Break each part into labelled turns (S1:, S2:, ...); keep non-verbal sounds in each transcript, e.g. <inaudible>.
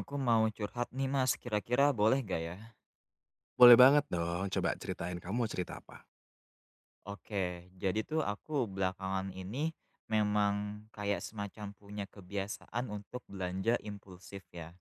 S1: Aku mau curhat nih Mas, kira-kira boleh nggak ya?
S2: Boleh banget dong, coba ceritain kamu mau cerita apa?
S1: Oke, jadi tuh aku belakangan ini memang kayak semacam punya kebiasaan untuk belanja impulsif ya.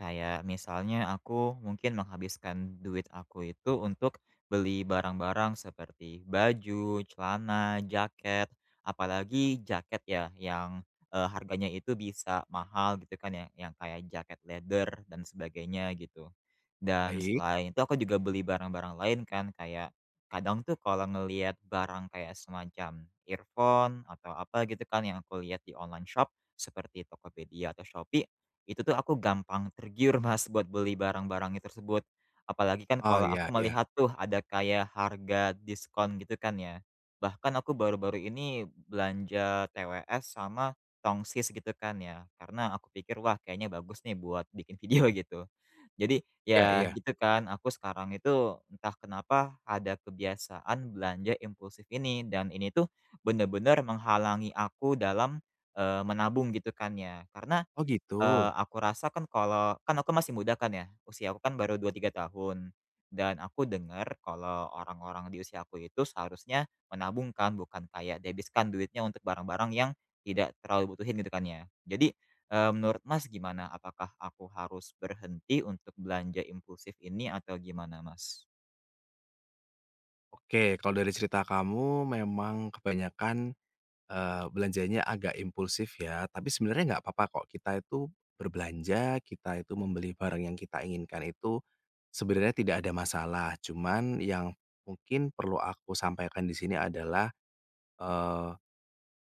S1: Kayak misalnya aku mungkin menghabiskan duit aku itu untuk beli barang-barang seperti baju, celana, jaket, apalagi jaket ya yang harganya itu bisa mahal gitu kan ya, yang kayak jaket leather dan sebagainya gitu. Dan
S2: Baik.
S1: selain itu aku juga beli barang-barang lain kan kayak kadang tuh kalau ngelihat barang kayak semacam earphone atau apa gitu kan yang aku lihat di online shop seperti Tokopedia atau Shopee, itu tuh aku gampang tergiur <laughs> Mas buat beli barang barang itu tersebut. Apalagi kan
S2: Oh
S1: kalau aku
S2: iya iya.
S1: melihat tuh ada kayak harga diskon gitu kan ya. Bahkan aku baru-baru ini belanja TWS sama tongsis gitu kan ya. Karena aku pikir wah kayaknya bagus nih buat bikin <laughs> video gitu. Jadi,
S2: Iya
S1: ya
S2: iya.
S1: gitu kan, aku sekarang itu entah kenapa ada kebiasaan belanja impulsif ini, dan ini tuh bener-bener menghalangi aku dalam, menabung gitu kan ya. Karena
S2: Oh gitu?
S1: Aku rasa kan kalau kan aku masih muda kan ya, usia aku kan baru 2 3 tahun, dan aku dengar kalau orang-orang di usia aku itu seharusnya menabungkan bukan kayak debiskan duitnya untuk barang-barang yang tidak terlalu butuhin gitu kan ya. Jadi, menurut Mas gimana? Apakah aku harus berhenti untuk belanja impulsif ini atau gimana Mas?
S2: Oke, kalau dari cerita kamu memang kebanyakan, belanjanya agak impulsif ya, tapi sebenarnya nggak apa-apa kok kita itu berbelanja, kita itu membeli barang yang kita inginkan itu sebenarnya tidak ada masalah. Cuman yang mungkin perlu aku sampaikan di sini adalah, eee,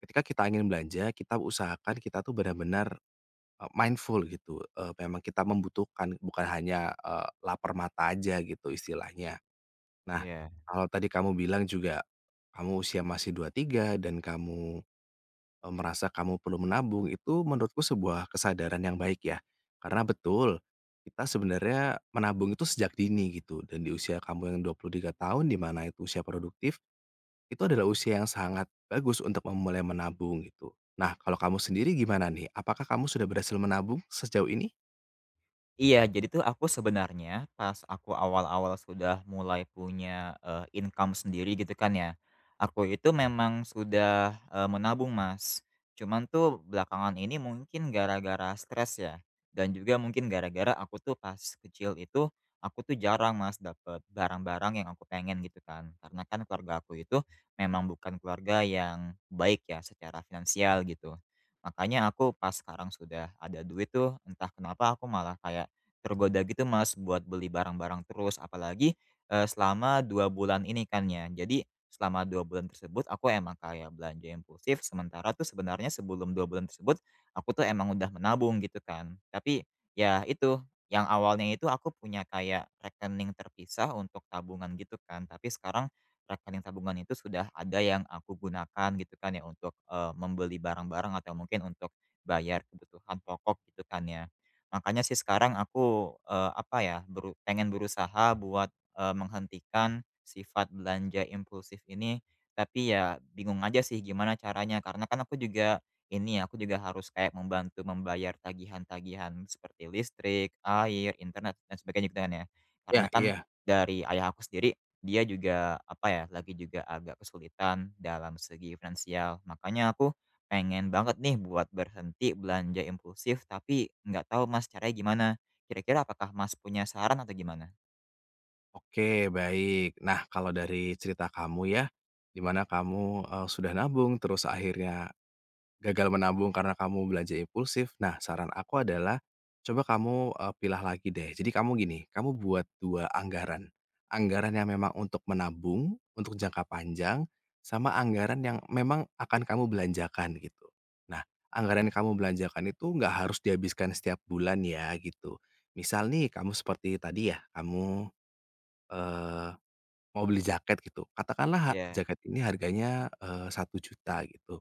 S2: ketika kita ingin belanja, kita usahakan kita tuh benar-benar mindful gitu, memang kita membutuhkan bukan hanya, lapar mata aja gitu istilahnya. Nah,
S1: Iya.
S2: kalau tadi kamu bilang juga kamu usia masih 23 dan kamu, merasa kamu perlu menabung, itu menurutku sebuah kesadaran yang baik ya. Karena betul, kita sebenarnya menabung itu sejak dini gitu dan di usia kamu yang 23 tahun di mana itu usia produktif, itu adalah usia yang sangat bagus untuk memulai menabung gitu. Nah, kalau kamu sendiri gimana nih? Apakah kamu sudah berhasil menabung sejauh ini?
S1: Iya, jadi tuh aku sebenarnya pas aku awal-awal sudah mulai punya, income sendiri gitu kan ya, aku itu memang sudah, menabung, Mas. Cuman tuh belakangan ini mungkin gara-gara stres ya, dan juga mungkin gara-gara aku tuh pas kecil itu, aku tuh jarang Mas dapet barang-barang yang aku pengen gitu kan. Karena kan keluarga aku itu memang bukan keluarga yang baik ya secara finansial gitu. Makanya aku pas sekarang sudah ada duit tuh entah kenapa aku malah kayak tergoda gitu Mas buat beli barang-barang terus apalagi, selama 2 bulan ini kan ya. Jadi selama 2 bulan tersebut aku emang kayak belanja impulsif sementara tuh sebenarnya sebelum 2 bulan tersebut, aku tuh emang udah menabung gitu kan. Tapi ya itu, yang awalnya itu aku punya kayak rekening terpisah untuk tabungan gitu kan. Tapi sekarang rekening tabungan itu sudah ada yang aku gunakan gitu kan ya untuk, membeli barang-barang atau mungkin untuk bayar kebutuhan pokok gitu kan ya. Makanya sih sekarang aku, apa ya, beru pengen berusaha buat, menghentikan sifat belanja impulsif ini, tapi ya bingung aja sih gimana caranya. Karena kan aku juga ini ya, aku juga harus kayak membantu membayar tagihan-tagihan seperti listrik, air, internet, dan sebagainya gitu kan ya.
S2: Iya
S1: Karena kan
S2: iya.
S1: dari ayah aku sendiri, dia juga apa ya, lagi juga agak kesulitan dalam segi finansial. Makanya aku pengen banget nih buat berhenti belanja impulsif, tapi nggak tahu Mas caranya gimana. Kira-kira apakah Mas punya saran atau gimana?
S2: Oke, baik. Nah, kalau dari cerita kamu ya, di mana kamu, sudah nabung, terus akhirnya gagal menabung karena kamu belanja impulsif. Nah, saran aku adalah coba kamu, pilah lagi deh. Jadi kamu gini, kamu buat 2 anggaran. Anggaran yang memang untuk menabung, untuk jangka panjang, sama anggaran yang memang akan kamu belanjakan, gitu. Nah, anggaran yang kamu belanjakan itu nggak harus dihabiskan setiap bulan ya, gitu. Misal nih, kamu seperti tadi ya, kamu Eee, mau beli jaket gitu, katakanlah ha Mhm.
S1: Iya.
S2: Jaket ini harganya, Rp1.000.000 gitu.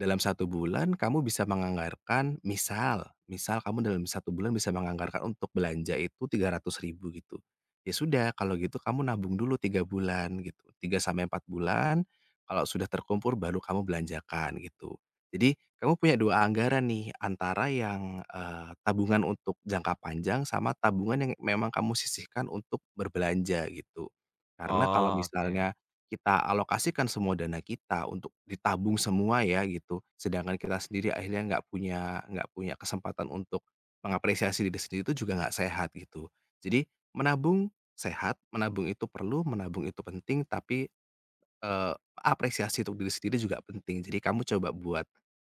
S2: Dalam satu bulan kamu bisa menganggarkan misal misal kamu dalam satu bulan bisa menganggarkan untuk belanja itu 300.000 gitu. Ya sudah kalau gitu kamu nabung dulu 3 bulan gitu, 3 sampai 4 bulan, kalau sudah terkumpul baru kamu belanjakan gitu. Jadi kamu punya 2 anggaran nih antara yang, tabungan untuk jangka panjang sama tabungan yang memang kamu sisihkan untuk berbelanja gitu. Karena kalau
S1: Oh, oke.
S2: misalnya kita alokasikan semua dana kita untuk ditabung semua ya gitu, sedangkan kita sendiri akhirnya nggak punya kesempatan untuk mengapresiasi diri sendiri itu juga nggak sehat gitu. Jadi menabung sehat, menabung itu perlu, menabung itu penting, tapi, eee, apresiasi untuk diri sendiri juga penting. Jadi kamu coba buat,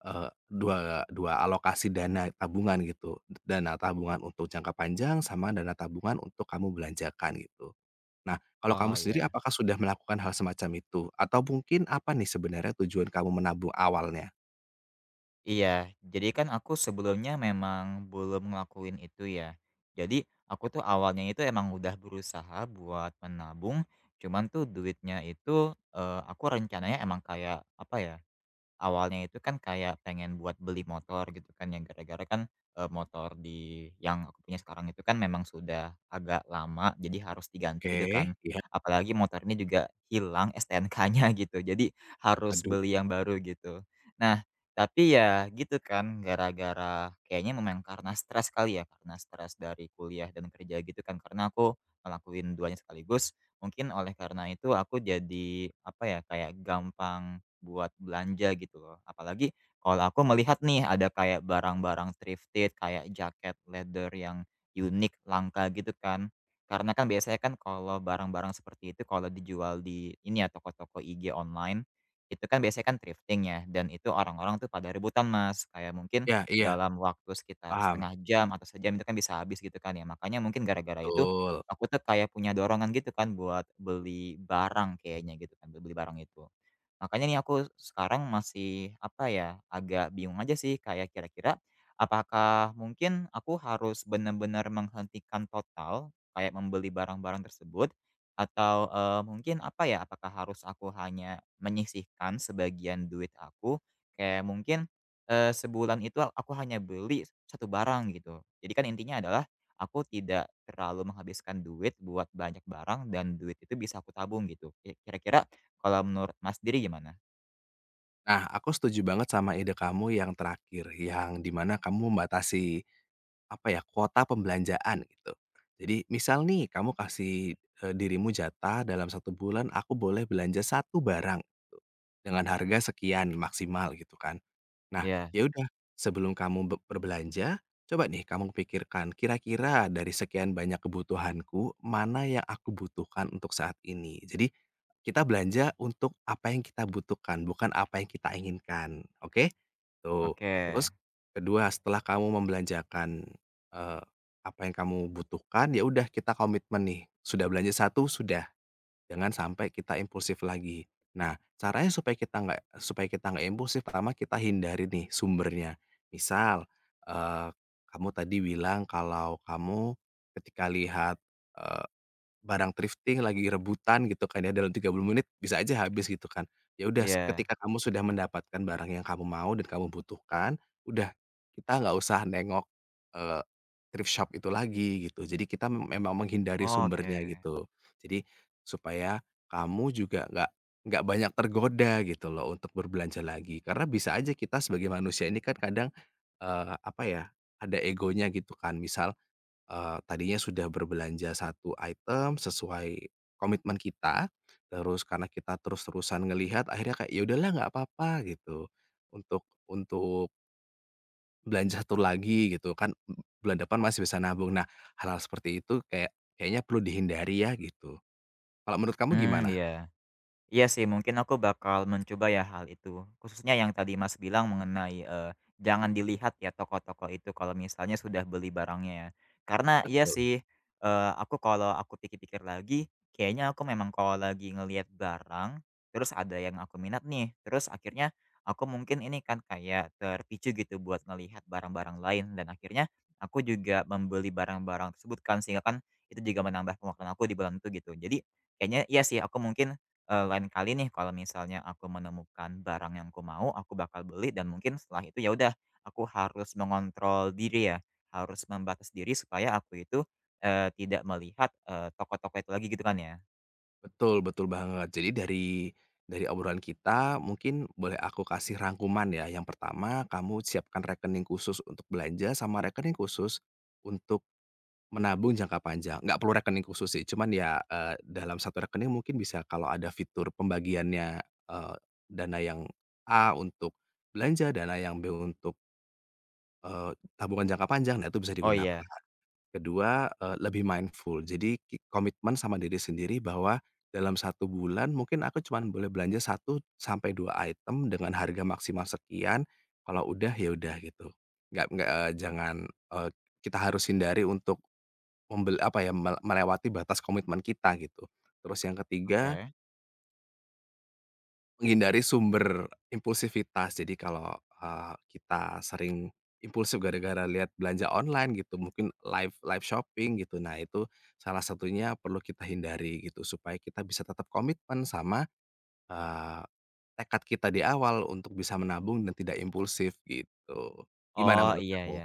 S2: dua dua alokasi dana tabungan gitu, dana tabungan untuk jangka panjang sama dana tabungan untuk kamu belanjakan gitu. Nah, kalau kamu
S1: Oh,
S2: sendiri
S1: iya.
S2: apakah sudah melakukan hal semacam itu? Atau mungkin apa nih sebenarnya tujuan kamu menabung awalnya?
S1: Iya, jadi kan aku sebelumnya memang belum ngelakuin itu ya. Jadi aku tuh awalnya itu emang udah berusaha buat menabung, cuman tuh duitnya itu, aku rencananya emang kayak apa ya. Awalnya itu kan kayak pengen buat beli motor gitu kan yang gara-gara kan, motor di yang aku punya sekarang itu kan memang sudah agak lama, jadi harus diganti gitu
S2: Oke,
S1: kan.
S2: iya.
S1: Apalagi motor ini juga hilang STNK-nya <laughs> gitu, jadi harus
S2: Aduh.
S1: beli yang baru gitu. Nah, tapi ya gitu kan, gara-gara kayaknya memang karena stres kali ya, karena stres dari kuliah dan kerja gitu kan, karena aku ngelakuin duanya sekaligus, mungkin oleh karena itu aku jadi, apa ya, kayak gampang buat belanja gitu loh. Apalagi kalau aku melihat nih ada kayak barang-barang thrifted kayak jaket leather yang unik, langka gitu kan. Karena kan biasanya kan kalau barang-barang seperti itu kalau dijual di ini ya toko-toko IG online, itu kan biasanya kan thrifting ya dan itu orang-orang tuh pada rebutan Mas, kayak mungkin
S2: Iya iya,
S1: dalam waktu sekitar
S2: paham,
S1: setengah jam atau sejam itu kan bisa habis gitu kan ya. Makanya mungkin gara-gara itu
S2: betul.
S1: aku tuh kayak punya dorongan gitu kan buat beli barang kayaknya gitu kan, beli barang itu. Makanya nih aku sekarang masih, apa ya, agak bingung aja sih kayak kira-kira apakah mungkin aku harus benar-benar menghentikan total kayak membeli barang-barang tersebut atau, mungkin, apa ya, apakah harus aku hanya menyisihkan sebagian duit aku, kayak mungkin, sebulan itu aku hanya beli satu barang gitu. Jadi kan intinya adalah aku tidak terlalu menghabiskan duit buat banyak barang dan duit itu bisa aku tabung gitu. Kira-kira kalau menurut Mas sendiri gimana?
S2: Nah, aku setuju banget sama ide kamu yang terakhir, yang di mana kamu membatasi, apa ya, kuota pembelanjaan gitu. Jadi misal nih kamu kasih, dirimu jatah dalam satu bulan aku boleh belanja satu barang gitu, dengan harga sekian maksimal gitu kan. Nah,
S1: Iya,
S2: ya udah, sebelum kamu berbelanja, coba nih kamu pikirkan, kira-kira dari sekian banyak kebutuhanku, mana yang aku butuhkan untuk saat ini? Jadi, kita belanja untuk apa yang kita butuhkan, bukan apa yang kita inginkan, oke? Tuh,
S1: oke.
S2: terus kedua, setelah kamu membelanjakan, eee, apa yang kamu butuhkan, ya udah kita komitmen nih, sudah belanja satu sudah. Jangan sampai kita impulsif lagi. Nah, caranya supaya kita nggak impulsif, pertama kita hindari nih sumbernya. Misal, eee, kamu tadi bilang kalau kamu ketika lihat, eh, barang thrifting lagi rebutan gitu kan ya, dalam 30 menit bisa aja habis gitu kan. Ya udah
S1: Iya.
S2: ketika kamu sudah mendapatkan barang yang kamu mau dan kamu butuhkan, udah kita nggak usah nengok, eee, thrift shop itu lagi gitu. Jadi kita memang menghindari
S1: Oke.
S2: sumbernya gitu. Jadi supaya kamu juga nggak banyak tergoda gitu loh untuk berbelanja lagi. Karena bisa aja kita sebagai manusia ini kan kadang, apa ya, ada egonya gitu kan. Misal tadinya sudah berbelanja satu item sesuai komitmen kita, terus karena kita terus-terusan ngelihat akhirnya kayak, "Ya udahlah nggak apa-apa," gitu, untuk belanja satu lagi gitu kan, bulan depan masih bisa nabung. Nah, hal-hal seperti itu kayak kayaknya perlu dihindari ya gitu. Kalau menurut kamu
S1: Mmm,
S2: gimana?
S1: iya. Iya sih, mungkin aku bakal mencoba ya hal itu. Khususnya yang tadi Mas bilang mengenai, jangan dilihat ya toko-toko itu kalau misalnya sudah beli barangnya ya. Karena iya
S2: Betul
S1: sih, aku kalau aku pikir-pikir lagi, kayaknya aku memang kalau lagi ngelihat barang, terus ada yang aku minat nih, terus akhirnya aku mungkin ini kan kayak terpicu gitu buat ngelihat barang-barang lain dan akhirnya aku juga membeli barang-barang tersebut kan, sehingga kan itu juga menambah pengeluaran aku di bulan itu gitu. Jadi kayaknya iya sih aku mungkin lain kali nih kalau misalnya aku menemukan barang yang aku mau, aku bakal beli dan mungkin setelah itu ya udah, aku harus mengontrol diri ya, harus membatas diri supaya aku itu, tidak melihat, toko-toko itu lagi gitu kan ya?
S2: betul betul banget. Jadi dari obrolan kita mungkin boleh aku kasih rangkuman ya. Yang pertama, kamu siapkan rekening khusus untuk belanja sama rekening khusus untuk menabung jangka panjang, nggak perlu rekening khusus sih, cuman ya, dalam satu rekening mungkin bisa kalau ada fitur pembagiannya, dana yang A untuk belanja, dana yang B untuk, tabungan jangka panjang, nah itu bisa
S1: Oh
S2: digunakan.
S1: iya,
S2: Kedua, lebih mindful, jadi komitmen sama diri sendiri bahwa dalam satu bulan mungkin aku cuman boleh belanja satu sampai 2 item dengan harga maksimal sekian, kalau udah ya udah gitu. Nggak, eee, jangan, kita harus hindari untuk apa ya, melewati batas komitmen kita gitu. Terus yang ketiga,
S1: oke.
S2: menghindari sumber impulsivitas. Jadi kalau, kita sering impulsif gara-gara lihat belanja online gitu, mungkin live live shopping gitu. Nah itu salah satunya perlu kita hindari gitu, supaya kita bisa tetap komitmen sama, eee, tekad kita di awal untuk bisa menabung dan tidak impulsif gitu. Gimana
S1: Oh,
S2: menurut
S1: iya
S2: kamu?
S1: ya.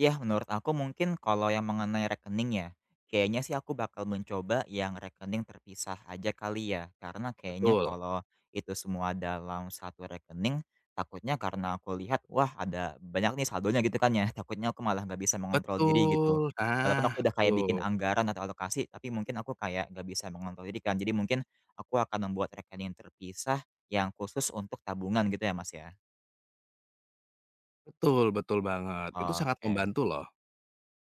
S1: Iya, menurut aku mungkin kalau yang mengenai rekening ya, kayaknya sih aku bakal mencoba yang rekening terpisah aja kali ya. Karena kayaknya
S2: Betul
S1: kalau itu semua dalam satu rekening, takutnya karena aku lihat, wah ada banyak nih saldonya gitu kan ya, <laughs> takutnya aku malah nggak bisa mengontrol diri gitu.
S2: betul,
S1: Walaupun
S2: nah,
S1: aku udah kayak bikin
S2: tuh.
S1: anggaran atau alokasi, tapi mungkin aku kayak nggak bisa mengontrol diri kan. Jadi mungkin aku akan membuat rekening terpisah yang khusus untuk tabungan gitu ya Mas ya?
S2: Betul betul banget, itu sangat
S1: Oke.
S2: membantu loh,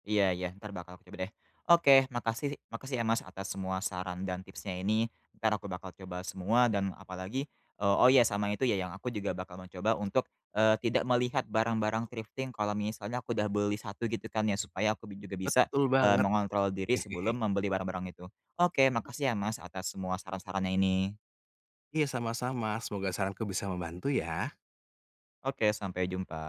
S1: Iya iya, ntar bakal aku coba deh. Oke, makasih makasih ya, Mas, atas semua saran dan tipsnya ini. Ntar aku bakal coba semua dan apalagi oh iya sama itu ya yang aku juga bakal mencoba untuk, tidak melihat barang-barang thrifting kalau misalnya aku udah beli satu gitu kan ya, supaya aku juga bisa,
S2: betul banget.
S1: mengontrol diri sebelum
S2: <laughs>
S1: membeli barang-barang itu. Oke, makasih ya, Mas, atas semua saran-sarannya ini.
S2: Iya sama-sama, semoga saranku bisa membantu ya.
S1: Oke, sampai jumpa.